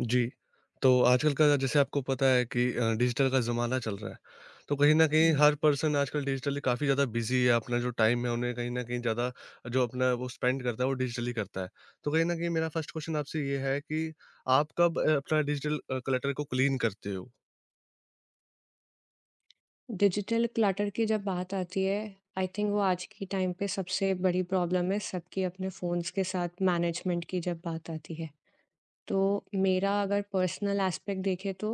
जी। तो आजकल का जैसे आपको पता है कि डिजिटल का ज़माना चल रहा है। तो कहीं न कहीं हुँ। हर पर्सन आजकल डिजिटली काफ़ी ज़्यादा बिज़ी है, अपना जो टाइम है उन्हें कहीं न कहीं ज़्यादा जो अपना वो स्पेंड करता है वो डिजिटली करता है। तो कहीं न कहीं मेरा फर्स्ट क्वेश्चन आपसे ये है कि आप कब अपना डिजिटल क्लटर को क्लीन करते हो? डिजिटल क्लटर की जब बात आती है, आई थिंक वो आज की टाइम पे सबसे बड़ी प्रॉब्लम है सबकी अपने फ़ोन्स के साथ मैनेजमेंट की जब बात आती है। तो मेरा अगर पर्सनल एस्पेक्ट देखें तो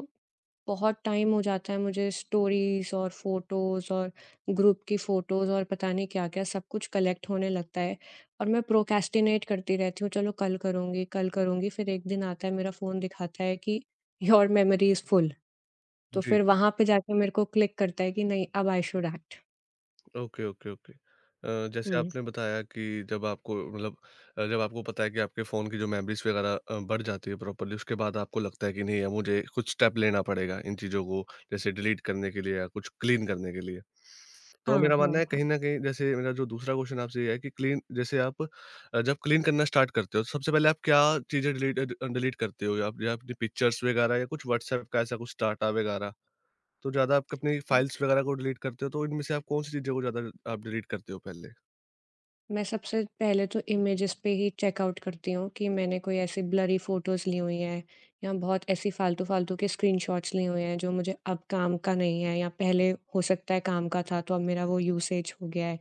बहुत टाइम हो जाता है, मुझे स्टोरीज़ और फ़ोटोज़ और ग्रुप की फ़ोटोज़ और पता नहीं क्या-क्या सब कुछ कलेक्ट होने लगता है। और मैं प्रोक्रेस्टिनेट करती रहती हूँ, चलो कल करूँगी, कल करूँगी। फिर एक दिन आता है, मेरा फ़ोन दिखाता है कि योर मेमोरी इज़ फुल। तो जी। फिर वहाँ पे जाके मेरे को क्लिक करता है कि नहीं, अब I should act. Okay, okay, okay. जैसे हुँ। आपने बताया कि जब आपको मतलब जब आपको पता है कि आपके फ़ोन की जो मेमोरीज़ वगैरह बढ़ जाती है प्रॉपर्ली, उसके बाद आपको लगता है कि नहीं, अब मुझे कुछ स्टेप लेना पड़ेगा इन चीज़ों को जैसे डिलीट करने के लिए या कुछ क्लीन करने के लिए। तो हाँ, मेरा मानना हाँ, है हाँ। कहीं न कहीं जैसे मेरा जो दूसरा क्वेश्चन आपसे ये है कि क्लीन जैसे आप जब क्लीन करना स्टार्ट करते हो, तो सबसे पहले आप क्या चीज़ें डिलीट करते हो? या आप या अपनी पिक्चर्स वगैरह या कुछ व्हाट्सऐप का ऐसा कुछ डाटा वगैरह? तो ज़्यादा आप अपनी फाइल्स वगैरह को डिलीट करते हो, तो इनमें से आप कौन-सी चीज़ों को ज़्यादा आप डिलीट करते हो पहले? मैं सबसे पहले तो इमेजेस पे ही चेकआउट करती हूँ कि मैंने कोई ऐसी ब्लरी फ़ोटोज़ ली हुई हैं या बहुत ऐसी फ़ालतू-फ़ालतू के स्क्रीनशॉट्स लिए हुए हैं जो मुझे अब काम का नहीं है, या पहले हो सकता है काम का था तो अब मेरा वो यूसेज हो गया है।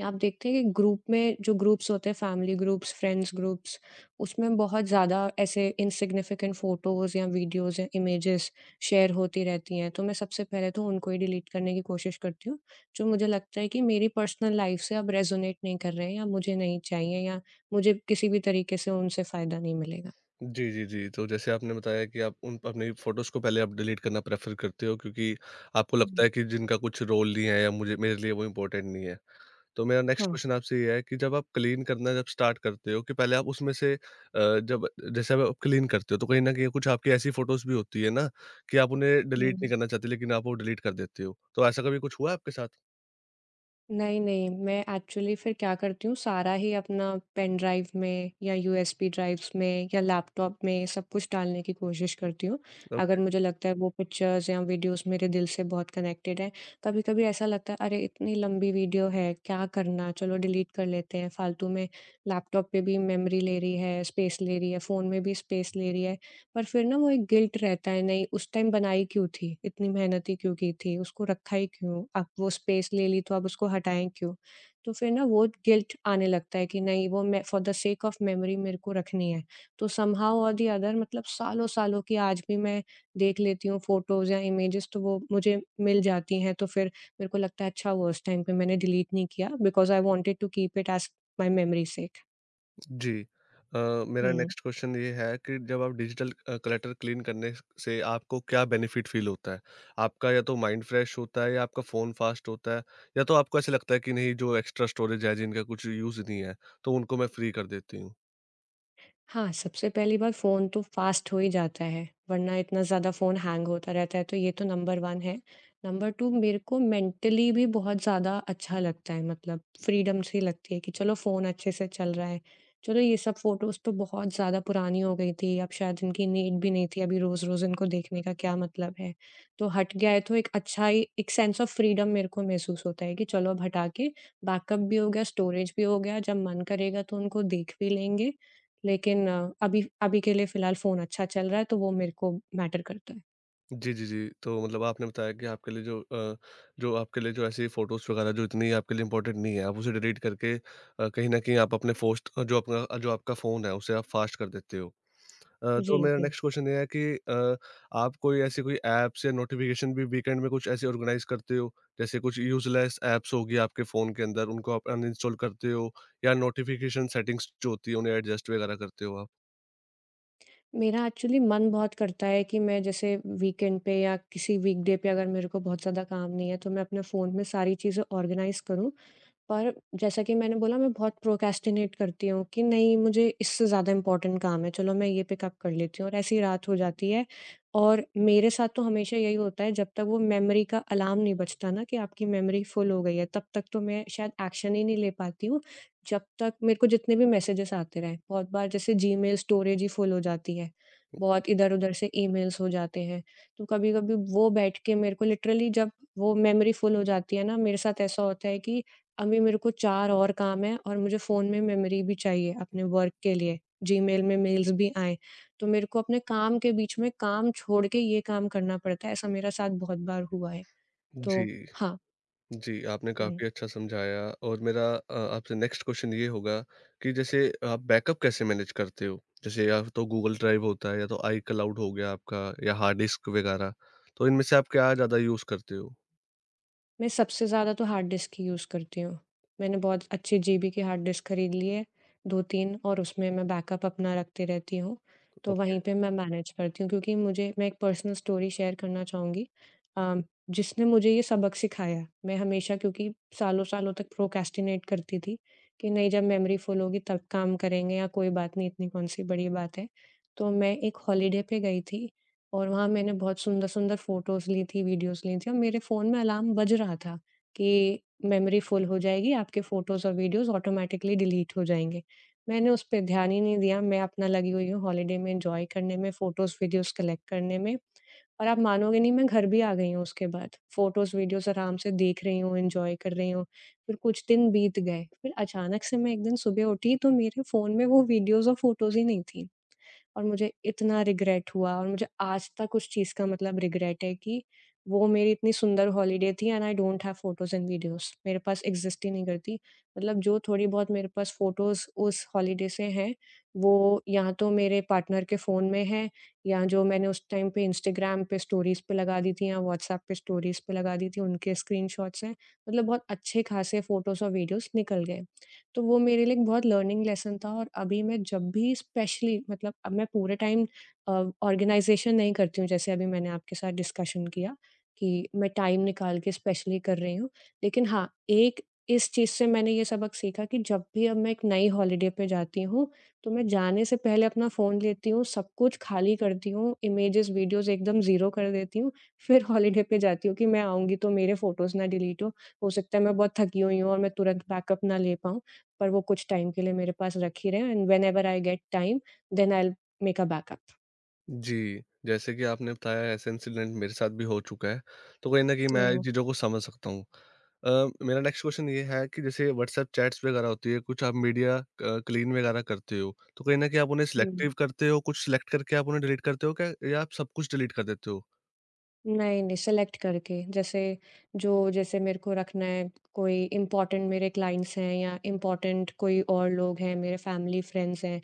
या आप देखते हैं कि ग्रुप में जो ग्रुप्स होते हैं, फैमिली ग्रुप्स, फ्रेंड्स ग्रुप्स, उसमें बहुत ज़्यादा ऐसे इनसिग्निफिकेंट फ़ोटोज़ या वीडियोज़ या इमेजेस शेयर होती रहती हैं। तो मैं सबसे पहले तो उनको ही डिलीट करने की कोशिश करती हूँ, जो मुझे लगता है कि मेरी पर्सनल लाइफ से अब रेज़ोनेट नहीं कर रहे हैं, या मुझे नहीं चाहिए, या मुझे किसी भी तरीके से उनसे फ़ायदा नहीं मिलेगा। जी, जी, जी। तो जैसे आपने बताया कि आप उन अपनी फ़ोटोज़ को पहले आप डिलीट करना प्रेफ़र करते हो क्योंकि आपको लगता हुँ। है कि जिनका कुछ रोल नहीं है या मुझे मेरे लिए वो इम्पोर्टेंट नहीं है। तो मेरा नेक्स्ट हाँ। क्वेश्चन आपसे ये है कि जब आप क्लीन करना जब स्टार्ट करते हो कि पहले आप उसमें से जब जैसे आप क्लीन करते हो तो कहीं न कहीं कुछ आपकी ऐसी फ़ोटोज़ भी होती है ना कि आप उन्हें डिलीट नहीं हुँ। करना चाहते लेकिन आप वो डिलीट कर देते हो। तो ऐसा कभी कुछ हुआ है आपके साथ? नहीं, नहीं, मैं एक्चुअली फिर क्या करती हूँ, सारा ही अपना पेन ड्राइव में या यूएसबी ड्राइव्स में या लैपटॉप में सब कुछ डालने की कोशिश करती हूँ, अगर मुझे लगता है वो पिक्चर्स या वीडियोज़ मेरे दिल से बहुत कनेक्टेड है। कभी-कभी ऐसा लगता है, अरे इतनी लंबी वीडियो है, क्या करना, चलो डिलीट कर लेते हैं। फालतू में लैपटॉप पे भी मेमोरी ले रही है, स्पेस ले रही है, फ़ोन में भी स्पेस ले रही है। पर फिर ना वो एक गिल्ट रहता है, नहीं उस टाइम बनाई क्यों थी? इतनी मेहनत ही क्यों की थी? उसको रखा ही क्यों? अब वो स्पेस ले ली तो अब उसको हटाएँ क्यों? तो फिर ना वो गिल्ट आने लगता है कि नहीं, वो मैं for the sake of memory मेरे को रखनी है। तो समहाउ और द अदर, मतलब सालों-सालों की आज भी मैं देख लेती हूँ फ़ोटोज़ या इमेजेज़, तो वो मुझे मिल जाती हैं, तो फिर मेरे को लगता है अच्छा हुआ उस टाइम पे मैंने डिलीट नहीं किया, because I wanted to keep it as my memory sake. जी। अ, मेरा हुँ। नेक्स्ट क्वेश्चन ये है कि जब आप डिजिटल क्लटर क्लीन करने स से आपको क्या बेनिफिट फ़ील होता है? आपका या तो माइंड फ्रेश होता है या आपका फ़ोन फास्ट होता है या तो आपको ऐसा लगता है कि नहीं जो एक्स्ट्रा स्टोरेज है जिनका कुछ यूज़ नहीं है, तो उनको मैं फ्री कर देती हूँ? हाँ, सबसे पहली बात, फ़ोन तो फ़ास्ट हो ही जाता है, वरना इतना ज़्यादा फ़ोन हैंग होता रहता है, तो ये तो नंबर 1 है। नंबर 2, मेरे को मेंटली भी बहुत ज़्यादा अच्छा लगता है, मतलब फ्रीडम सी लगती है कि चलो फ़ोन अच्छे से चल रहा है। चलो ये सब फ़ोटोज़ तो बहुत ज़्यादा पुरानी हो गई थी, अब शायद इनकी नीड भी नहीं थी, अभी रोज़-रोज़ इनको देखने का क्या मतलब है? तो हट गया है, तो एक अच्छा ही एक सेंस ऑफ फ्रीडम मेरे को महसूस होता है कि चलो अब हटा के बैकअप भी हो गया, स्टोरेज भी हो गया, जब मन करेगा तो उनको देख भी लेंगे, लेकिन अभी अभी के लिए फ़िलहाल फ़ोन अच्छा चल रहा है, तो वो मेरे को मैटर करता है। जी, जी, जी। तो मतलब आपने बताया कि आपके लिए जो जो आपके लिए जो ऐसी फ़ोटोज़ वगैरह जो इतनी आपके लिए इम्पोर्टेंट नहीं है, आप उसे डिलीट करके कहीं न कहीं आप अपने फ़ोस्ट जो अपना जो आपका फ़ोन है उसे आप फास्ट कर देते हो। तो जी, मेरा जी। नेक्स्ट क्वेश्चन ये है कि अ, आप कोई ऐसी कोई ऐप्स या नोटिफिकेशन भी वीकेंड में कुछ ऐसे ऑर्गेनाइज करते हो? जैसे कुछ यूज़लेस ऐप्स होगी आपके फ़ोन के अंदर, उनको आप अनइंस्टॉल करते हो या नोटिफिकेशन सेटिंग्स जो होती है, उन्हें एडजस्ट वगैरह करते हो आप? मेरा एक्चुअली मन बहुत करता है कि मैं जैसे वीकेंड पे या किसी वीकडे पे अगर मेरे को बहुत ज़्यादा काम नहीं है, तो मैं अपने फ़ोन में सारी चीज़ें ऑर्गनाइज़ करूँ। पर जैसा कि मैंने बोला, मैं बहुत प्रोक्रेस्टिनेट करती हूँ कि नहीं, मुझे इससे ज़्यादा इम्पोर्टेंट काम है, चलो मैं ये पिकअप कर लेती हूँ, और ऐसी रात हो जाती है। और मेरे साथ तो हमेशा यही होता है, जब तक वो मेमोरी का अलार्म नहीं बजता ना कि आपकी मेमोरी फुल हो गई है, तब तक तो मैं शायद एक्शन ही नहीं ले पाती हूँ, जब तक मेरे को जितने भी मैसेजेस आते रहें। बहुत बार जैसे जीमेल स्टोरेज ही फुल हो जाती है, बहुत इधर-उधर से ईमेल्स हो जाते हैं, तो कभी-कभी वो बैठ के मेरे को लिटरली जब वो मेमोरी फुल हो जाती है ना, मेरे साथ ऐसा होता है कि अभी मेरे को 4 और काम हैं और मुझे फ़ोन में मेमोरी भी चाहिए अपने वर्क के लिए, जीमेल में मेल्स भी आएँ। तो मेरे को अपने काम के बीच में काम छोड़ के ये काम करना पड़ता है, ऐसा मेरे साथ बहुत बार हुआ है। तो जी। हाँ। जी, आपने हुँ। काफ़ी अच्छा समझाया और मेरा आपसे नेक्स्ट क्वेश्चन ये होगा कि जैसे आप बैकअप कैसे मैनेज करते हो? जैसे या तो गूगल ड्राइव होता है या तो आई क्लाउड हो गया आपका या हार्ड डिस्क वगैरह, तो इनमें से आप क्या ज़्यादा यूज़ करते हो? मैं सबसे ज़्यादा तो हार्ड डिस्क ही यूज़ करती हूँ। मैंने बहुत अच्छी जीबी की हार्ड डिस्क खरीद ली है, 2-3, और उसमें मैं बैकअप अपना रखती रहती हूँ। तो ओके। वहीं पे मैं मैनेज करती हूँ, क्योंकि मुझे, मैं एक पर्सनल स्टोरी शेयर करना चाहूँगी अ, जिसने मुझे ये सबक सिखाया। मैं हमेशा, क्योंकि सालों-सालों तक प्रोक्रेस्टिनेट करती थी कि नहीं, जब मेमोरी फुल होगी तब काम करेंगे, या कोई बात नहीं, इतनी कौन-सी बड़ी बात है। तो मैं एक हॉलिडे पे गई थी, और वहाँ मैंने बहुत सुंदर-सुंदर फ़ोटोज़ ली थी, वीडियोज़ ली थी, और मेरे फ़ोन में अलार्म बज रहा था कि मेमोरी फ़ुल हो जाएगी, आपके फ़ोटोज़ और वीडियोज़ ऑटोमैटिकली डिलीट हो जाएँगे। मैंने उस पे ध्यान ही नहीं दिया, मैं अपना लगी हुई हूँ हॉलिडे में एन्जॉय करने में, फ़ोटोज़, वीडियोज़ कलेक्ट करने में, और आप मानोगे नहीं, मैं घर भी आ गई हूँ उसके बाद। फ़ोटोज़, वीडियोज़ आराम से देख रही हूँ, एन्जॉय कर रही हूँ। फिर कुछ दिन बीत गए, फिर अचानक से मैं एक दिन सुबह उठी तो मेरे फ़ोन में वो वीडियोज़ और फ़ोटोज़ ही नहीं थी। और मुझे इतना रिग्रेट हुआ, और मुझे आज तक उस चीज़ का मतलब रिग्रेट है कि वो मेरी इतनी सुंदर हॉलिडे थी, and I don't have photos and videos, मेरे पास एग्ज़िस्ट ही नहीं करती। मतलब जो थोड़ी बहुत मेरे पास फोटोज़ उस हॉलिडे से हैं, वो या तो मेरे पार्टनर के फ़ोन में हैं, या जो मैंने उस टाइम पे इंस्टाग्राम पे स्टोरीज़ पे लगा दी थी, या व्हाट्सएप पे स्टोरीज़ पे लगा दी थी, उनके स्क्रीनशॉट्स हैं। मतलब बहुत अच्छे-खासे फोटोज़ और वीडियोज़ निकल गए। तो वो मेरे लिए एक बहुत लर्निंग लेसन था, और अभी मैं जब भी, स्पेशली मतलब अब मैं पूरे टाइम अ, ऑर्गेनाइज़ेशन नहीं करती हूँ, जैसे अभी मैंने आपके साथ डिस्कशन किया कि मैं टाइम निकाल के स्पेशली कर रही हूँ। लेकिन हाँ, एक इस चीज़ से मैंने ये सबक सीखा कि जब भी अब मैं एक नई हॉलिडे पे जाती हूँ, तो मैं जाने से पहले अपना फ़ोन लेती हूँ, सब कुछ खाली करती हूँ, इमेजेज़, वीडियोज़ एकदम ज़ीरो कर देती हूँ, फिर हॉलिडे पे जाती हूँ कि मैं आऊँगी तो मेरे फ़ोटोज़ ना डिलीट हो। हो सकता है मैं बहुत थकी हुई हूँ और मैं तुरंत बैकअप ना ले पाऊँ। पर वो कुछ टाइम के लिए मेरे पास रख ही रहे हैं, and whenever I get time then I will make a backup. जी, जैसे कि आपने बताया ऐसा इंसिडेंट मेरे साथ भी हो चुका है, तो कहीं न कहीं मैं इन तो चीज़ों को समझ सकता हूँ। मेरा नेक्स्ट क्वेश्चन ये है कि जैसे व्हाट्सएप चैट्स वगैरह होती है, कुछ आप मीडिया क क्लीन वगैरह करते हो, तो कहीं न कहीं आप उन्हें हुँ। सिलेक्टिव करते हो, कुछ सिलेक्ट करके आप उन्हें डिलीट करते हो क्या या आप सब कुछ डिलीट कर देते हो? नहीं, नहीं, सेलेक्ट करके, जैसे जो जैसे मेरे को रखना है, कोई इम्पोर्टेंट मेरे क्लाइंट्स हैं या इम्पोर्टेंट कोई और लोग हैं, मेरे फैमिली फ्रेंड्स हैं,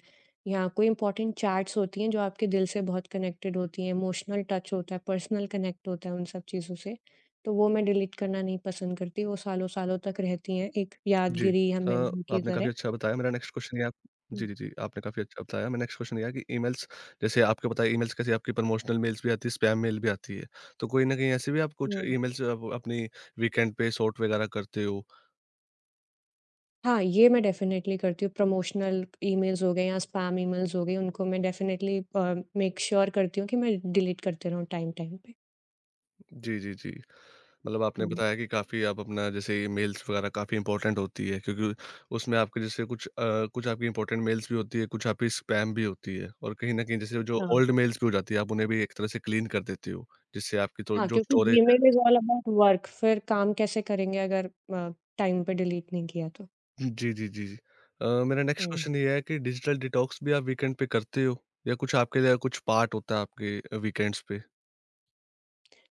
या कोई इम्पोर्टेंट चैट्स होती हैं जो आपके दिल से बहुत कनेक्टेड होती हैं, इमोशनल टच होता है, पर्सनल कनेक्ट होता है उन सब चीज़ों से। तो वो मैं डिलीट करना नहीं पसंद करती, वो सालों-सालों तक रहती हैं एक जी। यादगिरी या अ, मेमोरी की आपने तरह। काफ़ी अच्छा बताया मेरा नेक्स्ट क्वेश्चन ये आप हुँ, जी, जी, जी, आपने काफ़ी अच्छा बताया। मेरा नेक्स्ट क्वेश्चन ये है कि ईमेल्स जैसे आपको पता है ईमेल्स कैसे आपकी प्रमोशनल मेल्स भी आती है, स्पैम मेल भी आती है। तो कहीं न कहीं ऐसे भी आप कुछ हुँ। ईमेल्स आप अपनी वीकेंड पे सॉर्ट वगैरह करते हो? हाँ, ये मैं डेफ़िनेटली करती हूँ। प्रमोशनल ईमेल्स हो गए या स्पैम ईमेल्स हो गए, उनको मैं डेफ़िनेटली मेक श्योर करती हूँ कि मैं डिलीट करते रहूँ टाइम-टाइम पे। जी, जी, जी। मतलब आपने हुँ, बताया कि काफ़ी आप अपना जैसे मेल्स वगैरह काफ़ी इम्पोर्टेंट होती है क्योंकि उसमें आपके जैसे कुछ कुछ आपकी इम्पोर्टेंट मेल्स भी होती है, कुछ आपकी स्पैम भी होती है और कहीं न कहीं जैसे जो हाँ। ओल्ड मेल्स भी हो जाती है, आप उन्हें भी एक तरह से क्लीन कर देते हो। जिससे आपकी तो हाँ, जो क्योंकि storage Gmail is all about work, फिर काम कैसे करेंगे अगर अ, टाइम पे डिलीट नहीं किया तो। जी, जी, जी, जी। मेरा नेक्स्ट हुँ। क्वेश्चन ये है कि डिजिटल डिटॉक्स भी आप वीकेंड पे करते हो? या कुछ आपके लिए कुछ पार्ट होता है आपके वीकेंड्स पे?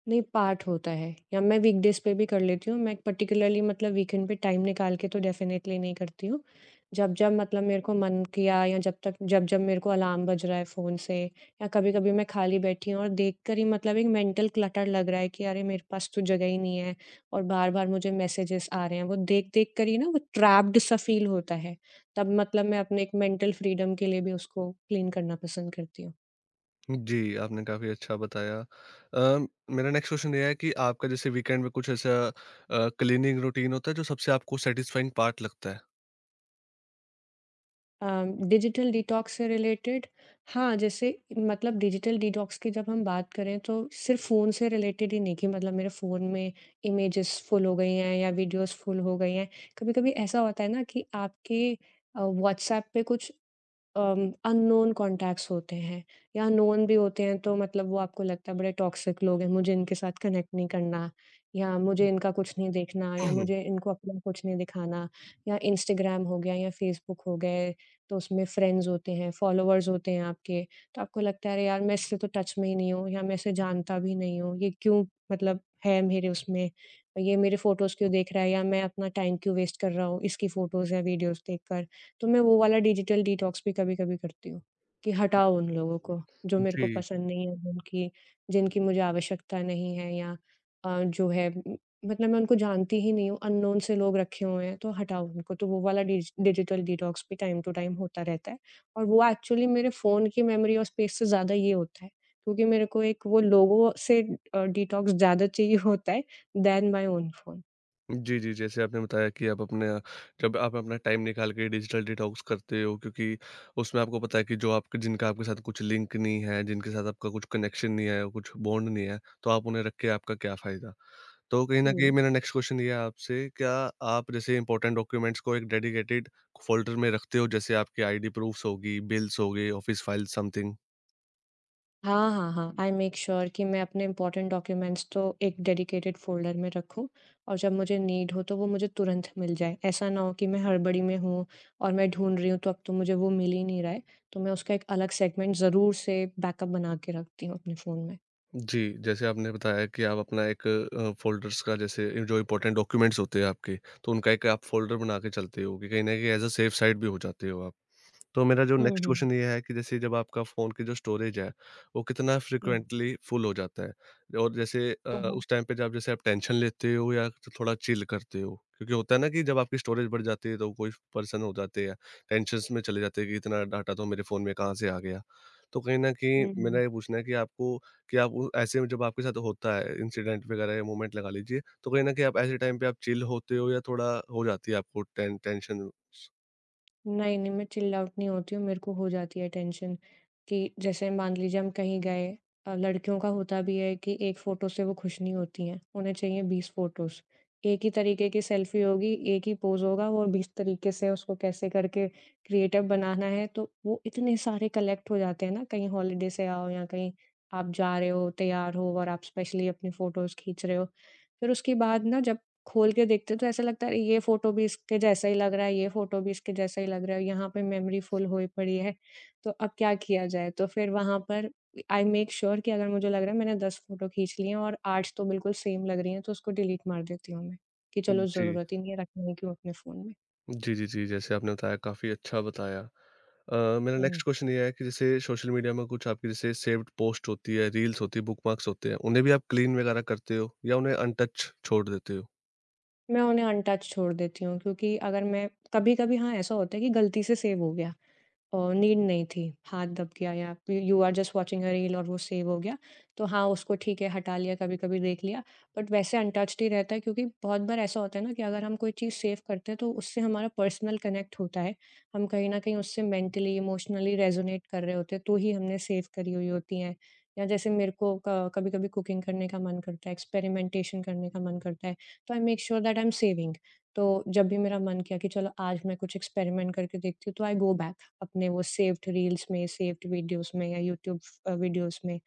नहीं, पार्ट होता है, या मैं वीकडेज़ पे भी कर लेती हूँ। मैं पर्टिकुलरली, मतलब वीकेंड पे टाइम निकाल के तो डेफ़िनेटली नहीं करती हूँ। जब-जब मतलब मेरे को मन किया, या जब तक जब-जब मेरे को अलार्म बज रहा है फ़ोन से, या कभी-कभी मैं खाली बैठी हूँ और देखकर ही, मतलब एक मेंटल क्लटर लग रहा है कि अरे मेरे पास तो जगह ही नहीं है, और बार-बार मुझे मैसेजेस आ रहे हैं। वो देख-देख कर ही ना वो ट्रैप्ड सा फ़ील होता है। तब मतलब मैं अपने एक मेंटल फ्रीडम के लिए भी उसको क्लीन करना पसंद करती हूँ। जी, आपने काफ़ी अच्छा बताया। मेरा नेक्स्ट क्वेश्चन ये है कि आपका जैसे वीकेंड में कुछ ऐसा क्लीनिंग रूटीन होता है जो सबसे आपको सैटिस्फाइंग पार्ट लगता है? डिजिटल डिटॉक्स से रिलेटेड, हाँ, जैसे मतलब डिजिटल डिटॉक्स की जब हम बात करें तो सिर्फ़ फ़ोन से रिलेटेड ही नहीं कि मतलब मेरे फ़ोन में इमेजेस फुल हो गई हैं या वीडियोज़ फुल हो गई हैं। कभी-कभी ऐसा होता है ना कि आपके व्हाट्सऐप पे कुछ अननोन कॉन्टैक्ट्स होते हैं, या नोन भी होते हैं, तो मतलब वो आपको लगता है बड़े टॉक्सिक लोग हैं, मुझे इनके साथ कनेक्ट नहीं करना, या मुझे इनका कुछ नहीं देखना, या मुझे इनको अपना कुछ नहीं दिखाना, या इंस्टाग्राम हो गया या फेसबुक हो गए, तो उसमें फ्रेंड्स होते हैं, फॉलोअर्स होते हैं आपके, तो आपको लगता है अरे यार, मैं इससे तो टच में ही नहीं हूँ, या मैं इसे जानता भी नहीं हूँ, ये क्यों मतलब है मेरे उसमें, ये मेरे फ़ोटोज़ क्यों देख रहा है या मैं अपना टाइम क्यों वेस्ट कर रहा हूँ इसकी फ़ोटोज़ या वीडियोज़ देखकर। तो मैं वो वाला डिजिटल डिटॉक्स भी कभी-कभी करती हूँ, कि हटाओ उन लोगों को, जो मेरे को जी। पसंद नहीं है, जिनकी जिनकी मुझे आवश्यकता नहीं है या जो है मतलब मैं उनको जानती ही नहीं हूँ, अननोन से लोग रखे हुए हैं, तो हटाओ उनको। तो वो वाला डिजिटल डिटॉक्स भी टाइम टू टाइम होता रहता है और वो एक्चुअली मेरे फ़ोन की मेमोरी और स्पेस से ज़्यादा ये होता है, क्योंकि मेरे को एक वो लोगों से डिटॉक्स ज़्यादा चाहिए होता है, दैन माय ओन फ़ोन। जी, जी। जैसे आपने बताया कि आप अपने जब आप अपना टाइम निकाल के डिजिटल डिटॉक्स करते हो क्योंकि उसमें आपको पता है कि जो आपके जिनका आपके साथ कुछ लिंक नहीं है, जिनके साथ आपका कुछ कनेक्शन नहीं है, कुछ बॉन्ड नहीं है, तो आप उन्हें रख के आपका क्या फ़ायदा? तो कहीं न कहीं हुँ। मेरा नेक्स्ट क्वेश्चन ये है आपसे, क्या आप जैसे इम्पोर्टेंट डॉक्यूमेंट्स को एक डेडिकेटेड फ़ोल्डर में रखते हो जैसे आपकी आईडी प्रूफ्स होगी, बिल्स हो गए, ऑफ़िस फ़ाइल समथिंग? हाँ, हाँ, हाँ। आई मेक श्योर कि मैं अपने इम्पोर्टेंट डॉक्यूमेंट्स तो एक डेडिकेटेड फ़ोल्डर में रखूँ और जब मुझे नीड हो तो वो मुझे तुरंत मिल जाए। ऐसा ना हो कि मैं हड़बड़ी में हूँ और मैं ढूँढ रही हूँ तो अब तो मुझे वो मिल ही नहीं रहा है। तो मैं उसका एक अलग सेगमेंट ज़रूर से बैकअप बना के रखती हूँ अपने फ़ोन में। जी, जैसे आपने बताया कि आप अपना एक फ़ोल्डर्स का जैसे जो इम्पोर्टेंट डॉक्यूमेंट्स होते हैं आपके, तो उनका एक आप फ़ोल्डर बना के चलते हो कि कहीं न कहीं एज़ अ सेफ साइड भी हो जाते हो आप। तो मेरा जो हुँ, नेक्स्ट हुँ। क्वेश्चन ये है कि जैसे जब आपका फ़ोन की जो स्टोरेज है, वो कितना हुँ। फ्रीक्वेंटली फुल हो जाता है? और जैसे हुँ, उस टाइम पे जब जैसे आप टेंशन लेते हो या तो थोड़ा चिल करते हो? क्योंकि होता है ना कि जब आपकी स्टोरेज बढ़ जाती है तो कोई पर्सन हो जाते हैं, टेंशन्स में चले जाते हैं कि इतना डाटा तो मेरे फ़ोन में कहाँ से आ गया? तो कहीं न कहीं हुँ। मेरा ये पूछना है कि आपको कि आप वो ऐसे में जब आपके साथ होता है इंसिडेंट वगैरह या मोमेंट लगा लीजिए, तो कहीं न कहीं आप ऐसे टाइम पे आप चिल होते हो या थोड़ा हो जाती है आपको टेंशन? नहीं, नहीं, मैं चिल्ड आउट नहीं होती हूँ, मेरे को हो जाती है टेंशन कि जैसे मान लीजिए हम कहीं गए लड़कियों का होता भी है कि 1 फ़ोटो से वो खुश नहीं होती हैं, उन्हें चाहिए 20 फ़ोटोज़। एक ही तरीके की सेल्फ़ी होगी, एक ही पोज़ होगा और 20 तरीके से उसको कैसे करके क्रिएटिव बनाना है, तो वो इतने सारे कलेक्ट हो जाते हैं ना, कहीं हॉलिडे से आओ या कहीं आप जा रहे हो, तैयार हो और आप स्पेशली अपनी फ़ोटोज़ खींच रहे हो। फिर उसके बाद ना जब खोल के देखते तो ऐसा लगता है ये फ़ोटो भी इसके जैसा ही लग रहा है, ये फ़ोटो भी इसके जैसा ही लग रहा है, यहाँ पे मेमोरी फुल हुई पड़ी है, तो अब क्या किया जाए? तो फिर वहाँ पर आई मेक श्योर कि अगर मुझे लग रहा है मैंने 10 फ़ोटो खींच ली हैं और 8 तो बिल्कुल सेम लग रही हैं, तो उसको डिलीट मार देती हूँ मैं, कि चलो जी। ज़रूरत ही नहीं है रखने की अपने फ़ोन में। जी, जी, जी। जैसे आपने बताया काफ़ी अच्छा बताया। अ, मेरा हुँ। नेक्स्ट क्वेश्चन ये है कि जैसे सोशल मीडिया में कुछ आपकी जैसे सेव्ड पोस्ट होती है, रील्स होती है, बुकमार्क्स होते हैं, उन्हें भी आप क्लीन वगैरह करते हो या उन्हें अनटच छोड़ देते हो? मैं उन्हें अनटच छोड़ देती हूँ क्योंकि अगर मैं कभी-कभी हाँ, ऐसा होता है कि गलती से सेव हो गया। नीड नहीं थी, हाथ दब गया या you are just watching a reel और वो सेव हो गया, तो हाँ, उसको ठीक है हटा लिया, कभी-कभी देख लिया, बट वैसे अनटच्ड ही रहता है क्योंकि बहुत बार ऐसा होता है ना कि अगर हम कोई चीज़ सेव करते हैं तो उससे हमारा पर्सनल कनेक्ट होता है। हम कहीं न कहीं उससे मेंटली, इमोशनली रेज़ोनेट कर रहे होते हैं, तो ही हमने सेव करी हुई होती हैं। या जैसे मेरे को क कभी-कभी कुकिंग करने का मन करता है, एक्सपेरिमेंटेशन करने का मन करता है, तो I make sure that I am saving. तो जब भी मेरा मन किया कि चलो आज मैं कुछ एक्सपेरिमेंट करके देखती हूँ, तो आई गो बैक। अपने वो सेव्ड रील्स में, सेव्ड वीडियोज़ में या यूट्यूब वीडियोज़ में,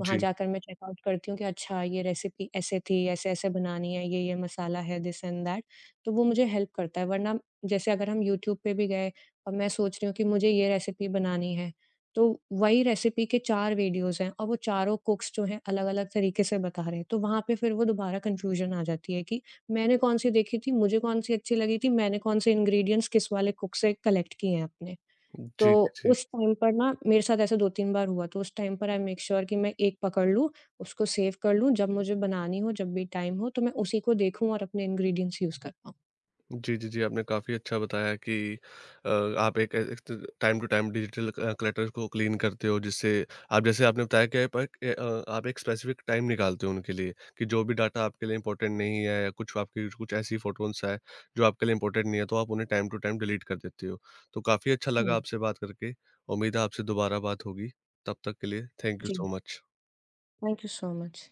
वहाँ जी। जाकर मैं चेकआउट करती हूँ कि अच्छा ये रेसिपी ऐसे थी, ऐसे-ऐसे बनानी है, ये-ये मसाला है, दिस एंड दैट। तो वो मुझे हेल्प करता है, वरना जैसे अगर हम यूट्यूब पे भी गए और मैं सोच रही हूँ कि मुझे ये रेसिपी बनानी है, तो वही रेसिपी के 4 वीडियोज़ हैं और वो चारों कुक्स जो हैं अलग-अलग तरीके से बता रहे हैं, तो वहाँ पे फिर वो दोबारा कन्फ्यूज़न आ जाती है कि मैंने कौन-सी देखी थी, मुझे कौन-सी अच्छी लगी थी, मैंने कौन-से इंग्रीडिएंट्स किस वाले कुक से कलेक्ट किए हैं अपने। तो जी, जी। उस टाइम पर ना मेरे साथ ऐसा 2-3 बार हुआ, तो उस टाइम पर आई मेक श्योर कि मैं एक पकड़ लूँ, उसको सेव कर लूँ, जब मुझे बनानी हो, जब भी टाइम हो, तो मैं उसी को देखूँ और अपने इंग्रीडिएंट्स यूज़ कर पाऊँ। जी, जी, जी, आपने काफ़ी अच्छा बताया कि अ, आप एक एक त time to time digital clutter को क्लीन करते हो जिससे आप जैसे आपने बताया कि आप एक आप एक स्पेसिफिक टाइम निकालते हो उनके लिए कि जो भी डाटा आपके लिए इम्पोर्टेंट नहीं है या कुछ आपकी कुछ ऐसी फ़ोटोज़ हैं जो आपके लिए इम्पोर्टेंट नहीं है, तो आप उन्हें टाइम टू टाइम डिलीट कर देते हो। तो काफ़ी अच्छा हुँ। लगा आपसे बात करके। उम्मीद है आपसे दोबारा बात होगी। तब तक के लिए थैंक यू जी, so much. Thank you so much.